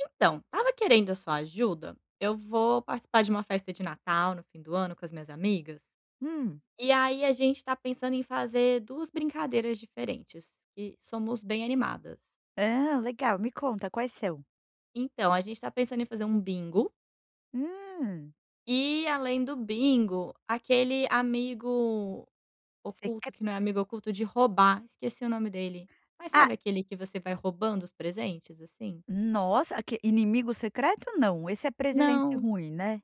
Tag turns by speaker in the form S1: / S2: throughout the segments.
S1: Então, estava querendo a sua ajuda. Eu vou participar de uma festa de Natal no fim do ano com as minhas amigas.
S2: Hum.
S1: E aí a gente está pensando em fazer duas brincadeiras diferentes e somos bem animadas.
S2: Ah, legal, me conta quais são?
S1: Então, a gente está pensando em fazer um bingo
S2: Hum,
S1: e além do bingo, aquele amigo
S2: secre
S1: oculto que não é amigo oculto de roubar, esqueci o nome dele. Mas
S2: ah,
S1: sabe aquele que você vai roubando os presentes assim?
S2: nossa, que inimigo secreto não, esse é presente
S1: Não.
S2: ruim, né.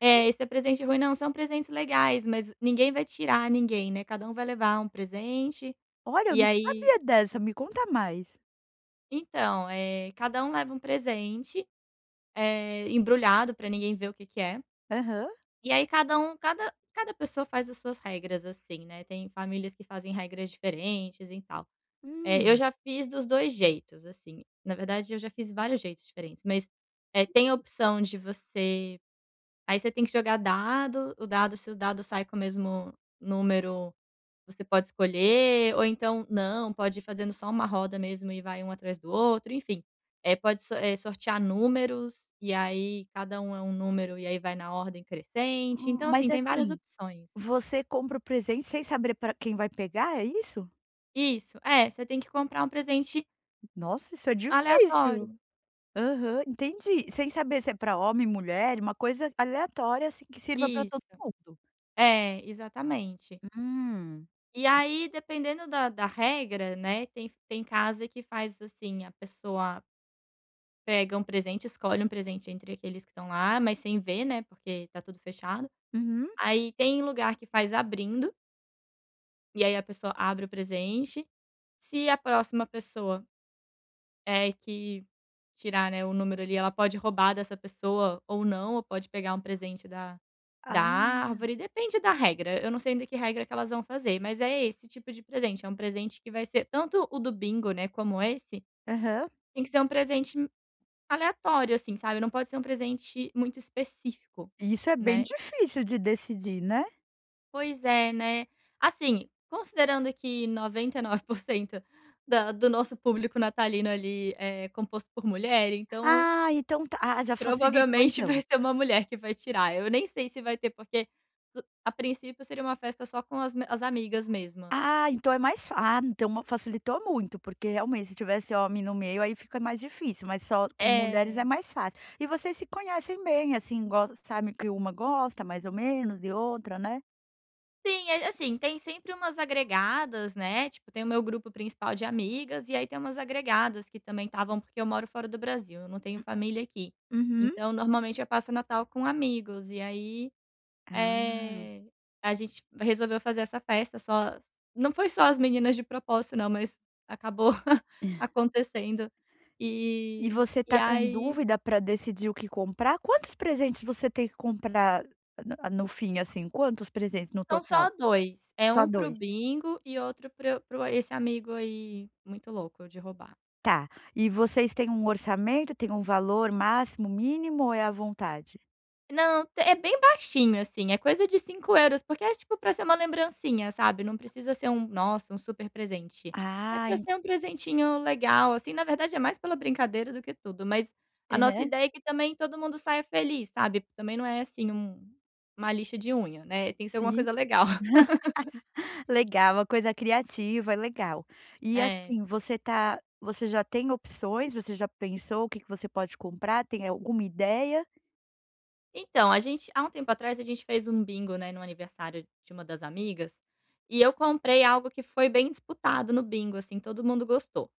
S1: É, esse é presente ruim. Não, são presentes legais, mas ninguém vai tirar ninguém, né, cada um vai levar um presente.
S2: Olha, eu
S1: E
S2: não
S1: aí
S2: sabia dessa, me conta mais.
S1: então, cada um leva um presente, embrulhado para ninguém ver o que que é.
S2: Aham.
S1: E aí cada um cada cada pessoa faz as suas regras, assim, né, tem famílias que fazem regras diferentes e tal. Eu
S2: Hum.
S1: já fiz dos 2 jeitos, assim, na verdade eu já fiz vários jeitos diferentes, mas tem a opção de você aí você tem que jogar dado, o dado se o dado sai com o mesmo número. Você pode escolher, ou então não, pode ir fazendo só uma roda mesmo e vai um atrás do outro, enfim. Pode sortear números, e aí cada um é um número, e aí vai na ordem crescente. Então,
S2: Mas
S1: assim, tem várias
S2: assim,
S1: opções.
S2: você compra o presente sem saber para quem vai pegar, é isso?
S1: Isso, é, você tem que comprar um presente
S2: Nossa, isso é difícil.
S1: aleatório.
S2: Aham, entendi. Sem saber se é para homem, mulher, uma coisa aleatória, assim, que sirva para todo
S1: Isso,
S2: mundo.
S1: é, exatamente.
S2: Hum.
S1: E aí, dependendo da regra, né, tem casa que faz assim, a pessoa pega um presente, escolhe um presente entre aqueles que estão lá, mas sem ver, né, porque tá tudo fechado.
S2: Uhum.
S1: Aí tem lugar que faz abrindo, e aí a pessoa abre o presente. Se a próxima pessoa, é que tirar, né, o número ali, ela pode roubar dessa pessoa ou não, ou pode pegar um presente da
S2: Ah,
S1: árvore, depende da regra. Eu não sei ainda que regra que elas vão fazer, mas é esse tipo de presente, é um presente que vai ser tanto o do bingo, né, como esse,
S2: aham.
S1: tem que ser um presente aleatório, assim, sabe, não pode ser um presente muito específico,
S2: Isso é bem
S1: né.
S2: difícil de decidir, né.
S1: Pois é, né. Assim, considerando que 99% da do nosso público natalino ali é composto por mulher, então
S2: Ah, então tá. Ah, já facilitou
S1: provavelmente vai
S2: então.
S1: ser uma mulher que vai tirar. Eu nem sei se vai ter, porque a princípio seria uma festa só com as amigas mesmo.
S2: Ah, então é mais fácil, ah, então ma facilitou muito, porque realmente se tivesse homem no meio, aí fica mais difícil, mas só com mulheres é
S1: É.
S2: mais fácil. E vocês se conhecem bem, assim, gos sabe que uma gosta mais ou menos de outra, né?
S1: Sim, é assim, tem sempre umas agregadas, né, tipo, tem o meu grupo principal de amigas, e aí tem umas agregadas que também estavam porque eu moro fora do Brasil, eu não tenho família aqui.
S2: Uhum.
S1: Então, normalmente eu passo o Natal com amigos. E aí,
S2: Ah.
S1: eh, a gente resolveu fazer essa festa só, não foi só as meninas de propósito não, mas acabou acontecendo.
S2: E
S1: E
S2: você
S1: e
S2: tá com
S1: aí
S2: dúvida para decidir o que comprar? Quantos presentes você tem que comprar no no fim, assim, quantos presentes no
S1: são
S2: total?
S1: só dois. É
S2: Só
S1: um pro
S2: 2.
S1: bingo e outro pro o esse amigo aí muito louco de roubar.
S2: Tá. E vocês têm um orçamento, tem um valor máximo, mínimo ou é à vontade?
S1: Não, é bem baixinho, assim, é coisa de 5 euros, porque é, tipo, pra ser uma lembrancinha, sabe, não precisa ser um nossa, um super presente. É
S2: Ah,
S1: pra
S2: en
S1: ser um presentinho legal, assim, na verdade é mais pela brincadeira do que tudo, mas a nossa
S2: aham,
S1: ideia é que também todo mundo saia feliz, sabe, também não é, assim, uma lixa de unha, né, tem que ser alguma
S2: sim.
S1: coisa legal.
S2: Legal, uma coisa criativa, legal. E
S1: É.
S2: assim, você já tem opções? Você já pensou o que que você pode comprar? Tem alguma ideia?
S1: Então, a gente há um tempo atrás a gente fez um bingo, né, no aniversário de uma das amigas, e eu comprei algo que foi bem disputado no bingo, assim, todo mundo gostou.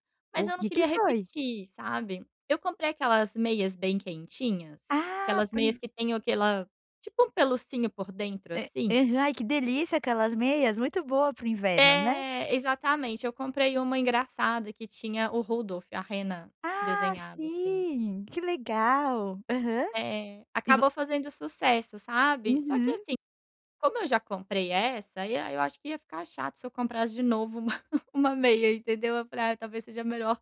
S2: O
S1: Mas eu não
S2: que que
S1: queria
S2: foi?
S1: repetir, sabe. Eu comprei aquelas meias bem quentinhas,
S2: Ah,
S1: aquelas
S2: para o
S1: meias
S2: inv
S1: que tem aquela tipo um pelucinho por dentro,
S2: eh,
S1: assim.
S2: Ai, que delícia aquelas meias, muito boa para inverno, né?
S1: É, exatamente. Eu comprei uma engraçada que tinha o Rudolf, a rena
S2: Ah,
S1: desenhado, assim.
S2: sim, que legal. Aham.
S1: É,
S2: E vo
S1: acabou fazendo sucesso, sabe. Só que
S2: uhum.
S1: assim. Como eu já comprei essa, e aí eu acho que ia ficar chato se eu comprasse de novo uma uma meia, entendeu. Eu falei: "Ah, talvez seja melhor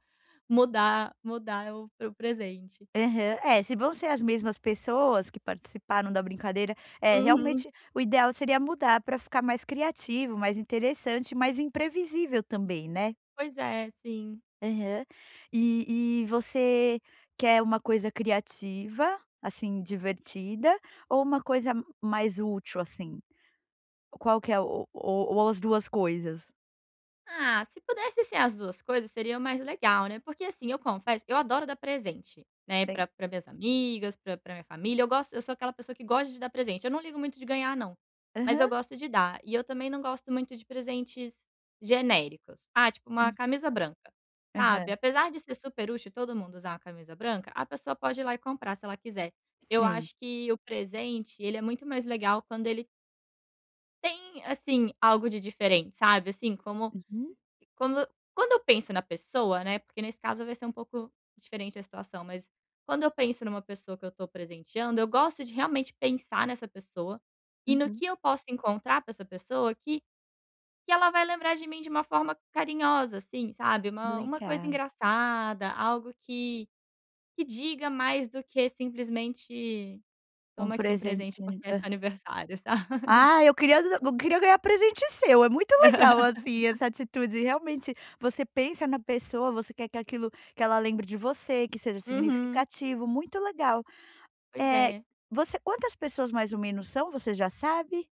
S1: mudar o presente".
S2: Aham. É, se vão ser as mesmas pessoas que participaram da brincadeira, é,
S1: Uhum.
S2: realmente o ideal seria mudar para ficar mais criativo, mais interessante, mais imprevisível também, né.
S1: Pois é, sim.
S2: Aham. E você quer uma coisa criativa, assim, divertida, ou uma coisa mais útil, assim? Qual que é o ou as duas coisas?
S1: Ah, se pudesse ser as 2 coisas, seria o mais legal, né, porque, assim, eu confesso, eu adoro dar presente, né,
S2: Tem
S1: pra minhas amigas, pra minha família, eu sou aquela pessoa que gosta de dar presente, eu não ligo muito de ganhar não, mas eu
S2: aham.
S1: gosto de dar. E eu também não gosto muito de presentes genéricos. Ah, tipo uma
S2: Hum.
S1: camisa branca,
S2: Aham.
S1: sabe, apesar de ser super útil todo mundo usar uma camisa branca, a pessoa pode ir lá e comprar se ela quiser. Eu
S2: Sim.
S1: acho que o presente, ele é muito mais legal quando ele tem, assim, algo de diferente, sabe, assim, como
S2: Uhum,
S1: quando quando eu penso na pessoa, né, porque nesse caso vai ser um pouco diferente a situação, mas quando eu penso numa pessoa que eu tô presenteando, eu gosto de realmente pensar nessa pessoa e no
S2: uhum.
S1: que eu posso encontrar pra essa pessoa que ela vai lembrar de mim de uma forma carinhosa, assim, sabe, uma coisa
S2: Legal.
S1: engraçada, algo que diga mais do que simplesmente:
S2: Um
S1: "Toma aqui um presente
S2: presente
S1: porque é seu aniversário", sabe.
S2: eu queria ganhar presente seu, é muito legal, assim, essa atitude, realmente, você pensa na pessoa, você quer que aquilo que ela lembre de você, que seja
S1: Uhum.
S2: significativo, muito legal.
S1: Pois
S2: É,
S1: é.
S2: você quantas pessoas mais ou menos são, você já sabe?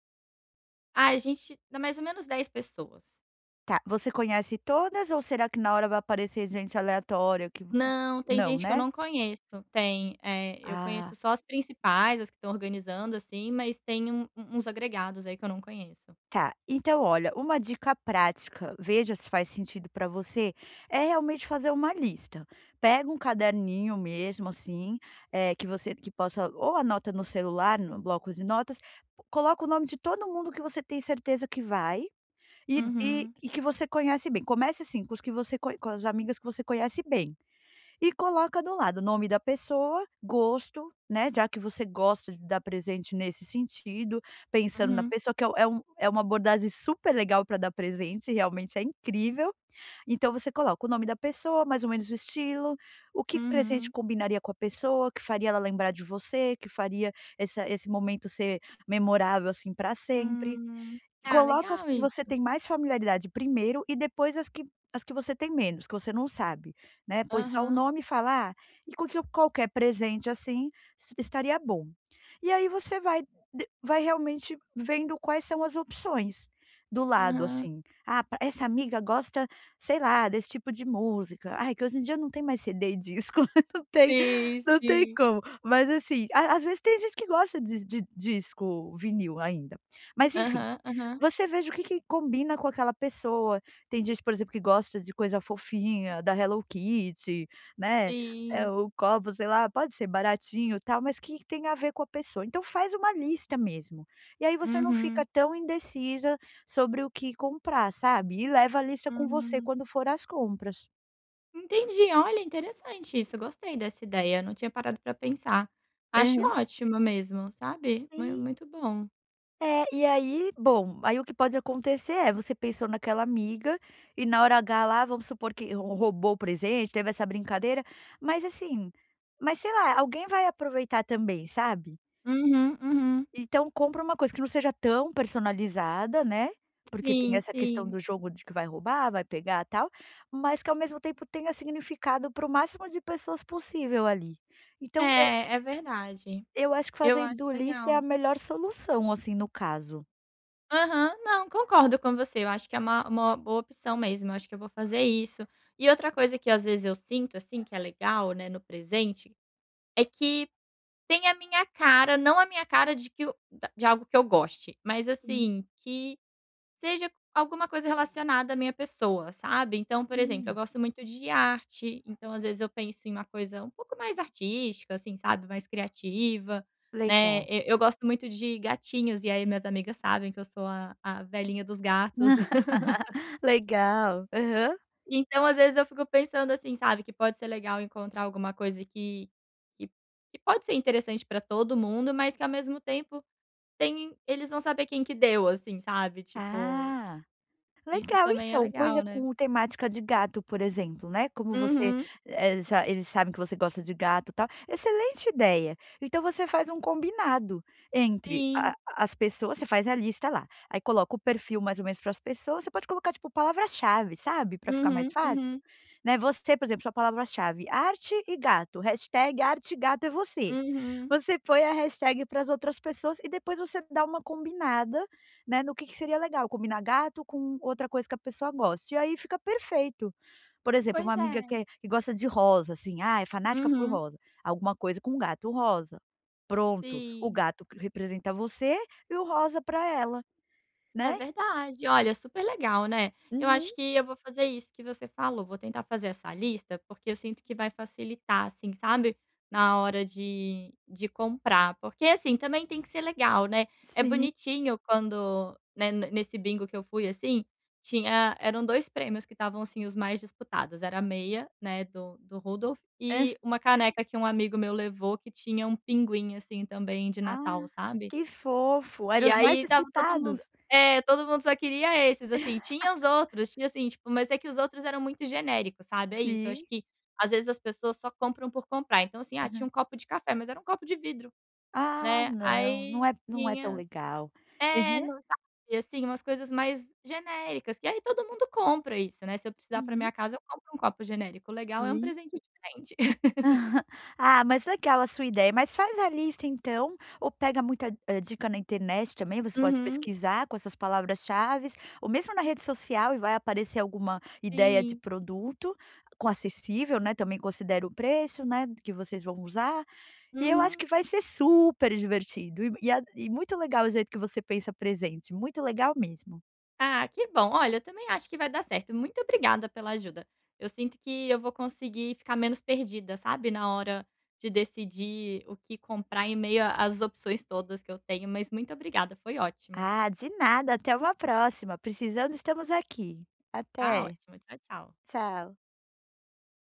S1: Ah, a gente dá mais ou menos 10 pessoas.
S2: Tá, você conhece todas ou será que na hora vai aparecer gente aleatória que
S1: Não, tem
S2: não,
S1: gente que eu
S2: né?
S1: não conheço. Tem, eu
S2: Ah.
S1: conheço só as principais, as que estão organizando, assim, mas tem uns agregados aí que eu não conheço.
S2: Tá, então olha, uma dica prática, veja se faz sentido para você, é realmente fazer uma lista. Pega um caderninho mesmo assim, que possa ou anota no celular, no bloco de notas, coloca o nome de todo mundo que você tem certeza que vai e e
S1: Uhum,
S2: e que você conhece bem. Comece assim, com as amigas que você conhece bem. E coloca do lado nome da pessoa, gosto, né, já que você gosta de dar presente nesse sentido, pensando na
S1: uhum,
S2: pessoa que é uma abordagem super legal para dar presente, realmente é incrível. Então você coloca o nome da pessoa, mais ou menos o estilo, o que presente
S1: uhum.
S2: combinaria com a pessoa, que faria ela lembrar de você, que faria essa esse momento ser memorável, assim, para sempre.
S1: Hum. Ah,
S2: Coloca as
S1: legal
S2: que você
S1: isso.
S2: tem mais familiaridade primeiro e depois as que você tem menos, que você não sabe, né. Põe só o
S1: Aham,
S2: nome e fala: "Ah, e com que qualquer presente, assim, es estaria bom". E aí você vai realmente vendo quais são as opções do lado,
S1: aham.
S2: assim. "Ah, pra essa amiga gosta, sei lá, desse tipo de música". Ai, que hoje em dia não tem mais CD e disco, não tem
S1: Sim,
S2: não tem
S1: sim.
S2: como. Mas, assim, a às vezes tem gente que gosta de disco vinil ainda. Mas enfim.
S1: Aham, aham.
S2: Você veja o que que combina com aquela pessoa. Tem gente, por exemplo, que gosta de coisa fofinha, da Hello Kitty, né,
S1: Sim.
S2: o copo, sei lá, pode ser baratinho, e tal, mas que tem a ver com a pessoa. Então faz uma lista mesmo. E aí você não fica
S1: Uhum,
S2: tão indecisa sobre o que comprar, sabe. E leva a lista com você
S1: hum.
S2: quando for às compras.
S1: Entendi. Olha, interessante isso, gostei dessa ideia, não tinha parado pra pensar. Acho
S2: Aham,
S1: ótima mesmo, sabe. Mui
S2: sim.
S1: muito bom.
S2: É, e aí, bom, aí o que pode acontecer é, você pensou naquela amiga e na hora H lá, vamos supor que roubou o presente, teve essa brincadeira, mas assim, mas sei lá, alguém vai aproveitar também, sabe.
S1: Uhum, uhum.
S2: Então compra uma coisa que não seja tão personalizada, né, porque tem
S1: Sim,
S2: essa questão
S1: sim.
S2: do jogo de que vai roubar, vai pegar, tal, mas que ao mesmo tempo tenha significado para o máximo de pessoas possível ali. Então eu
S1: É, é verdade.
S2: eu acho que
S1: Eu
S2: fazer
S1: acho
S2: do lista é a
S1: legal.
S2: melhor solução, assim, no caso.
S1: Aham. Não, concordo com você, eu acho que é uma boa opção mesmo, eu acho que eu vou fazer isso. E outra coisa que às vezes eu sinto, assim, que é legal, né, no presente, é que tem a minha cara, não a minha cara de que eu da de algo que eu goste, mas assim, que seja alguma coisa relacionada à minha pessoa, sabe. Então, por exemplo, eu
S2: Uhum.
S1: gosto muito de arte, então às vezes eu penso em uma coisa um pouco mais artística, assim, sabe, mais criativa, né.
S2: Legal.
S1: E eu gosto muito de gatinhos, e aí minhas amigas sabem que eu sou a velhinha dos gatos.
S2: Legal. Aham.
S1: Então, às vezes eu fico pensando assim, sabe, que pode ser legal encontrar alguma coisa que que pode ser interessante pra todo mundo, mas que ao mesmo tempo tem eles vão saber quem que deu, assim, sabe, tipo,
S2: Ah,
S1: isso
S2: legal,
S1: também é
S2: então, coisa
S1: legal, né.
S2: com temática de gato, por exemplo, né, como você,
S1: Uhum.
S2: já eles sabem que você gosta de gato, e tal, excelente ideia. Então você faz um combinado entre a
S1: Sim.
S2: as pessoas você faz a lista lá, aí coloca o perfil mais ou menos para as pessoas, você pode colocar, tipo, palavra-chave, sabe, para ficar mais
S1: Uhum,
S2: fácil,
S1: uhum,
S2: né, você, por exemplo, sua palavra-chave: "Arte e gato", hashtag arte e gato é você.
S1: uhum.
S2: Você põe a hashtag para as outras pessoas e depois você dá uma combinada né, no que seria legal, combinar gato com outra coisa que a pessoa gosta e aí fica perfeito. Por exemplo, uma
S1: Pois é.
S2: amiga que é que gosta de rosa, assim, ah, é fanática por
S1: Uhum.
S2: rosa, alguma coisa com gato rosa. Pronto, o
S1: Sim.
S2: gato que representa você e o rosa para ela, né.
S1: É verdade. Olha, super legal, né. Eu
S2: Uhum,
S1: acho que eu vou fazer isso que você falou, vou tentar fazer essa lista, porque eu sinto que vai facilitar, assim, sabe, na hora de comprar. Porque, assim, também tem que ser legal, né. É
S2: sim.
S1: bonitinho quando, né, ne nesse bingo que eu fui, assim, tinha eram 2 prêmios que estavam, assim, os mais disputados, era a meia, né, do Rudolf
S2: Hã.
S1: e uma caneca que um amigo meu levou que tinha um pinguim, assim, também de
S2: Ah,
S1: Natal, sabe.
S2: que fofo, eram
S1: E
S2: os mais
S1: aí tava todo mundo,
S2: disputados.
S1: é, todo mundo só queria esses, assim, tinha os outros, tinha assim, tipo, mas é que os outros eram muito genéricos, sabe, é isso, eu
S2: Sim.
S1: acho que às vezes as pessoas só compram por comprar, então assim, ah, tinha
S2: Aham.
S1: um copo de café, mas era um copo de vidro,
S2: Ah,
S1: né,
S2: não,
S1: aí
S2: não é tão
S1: tinha,
S2: legal.
S1: é,
S2: Aham,
S1: não sabe, assim, umas coisas mais genéricas, que aí todo mundo compra isso, né, se eu precisar pra
S2: uhum,
S1: minha casa eu compro um copo genérico, o legal é um
S2: sim.
S1: presente diferente.
S2: Ah, mas legal a sua ideia, mas faz a lista então, ou pega muita, dica na internet também, você pode
S1: Uhum,
S2: pesquisar com essas palavras-chaves, ou mesmo na rede social e vai aparecer alguma ideia de
S1: sim.
S2: produto, com acessível, né, também considera o preço, né, que vocês vão usar, e eu acho
S1: Uhum.
S2: que vai ser super divertido e muito legal o jeito que você pensa presente, muito legal mesmo.
S1: Ah, que bom. Olha, eu também acho que vai dar certo. Muito obrigada pela ajuda. Eu sinto que eu vou conseguir ficar menos perdida, sabe, na hora de decidir o que comprar em meio às opções todas que eu tenho. Mas muito obrigada, foi ótimo.
S2: Ah, de nada, até uma próxima, precisando estamos aqui.
S1: Tá
S2: Até,
S1: ótimo. Tchau, tchau.
S2: tchau.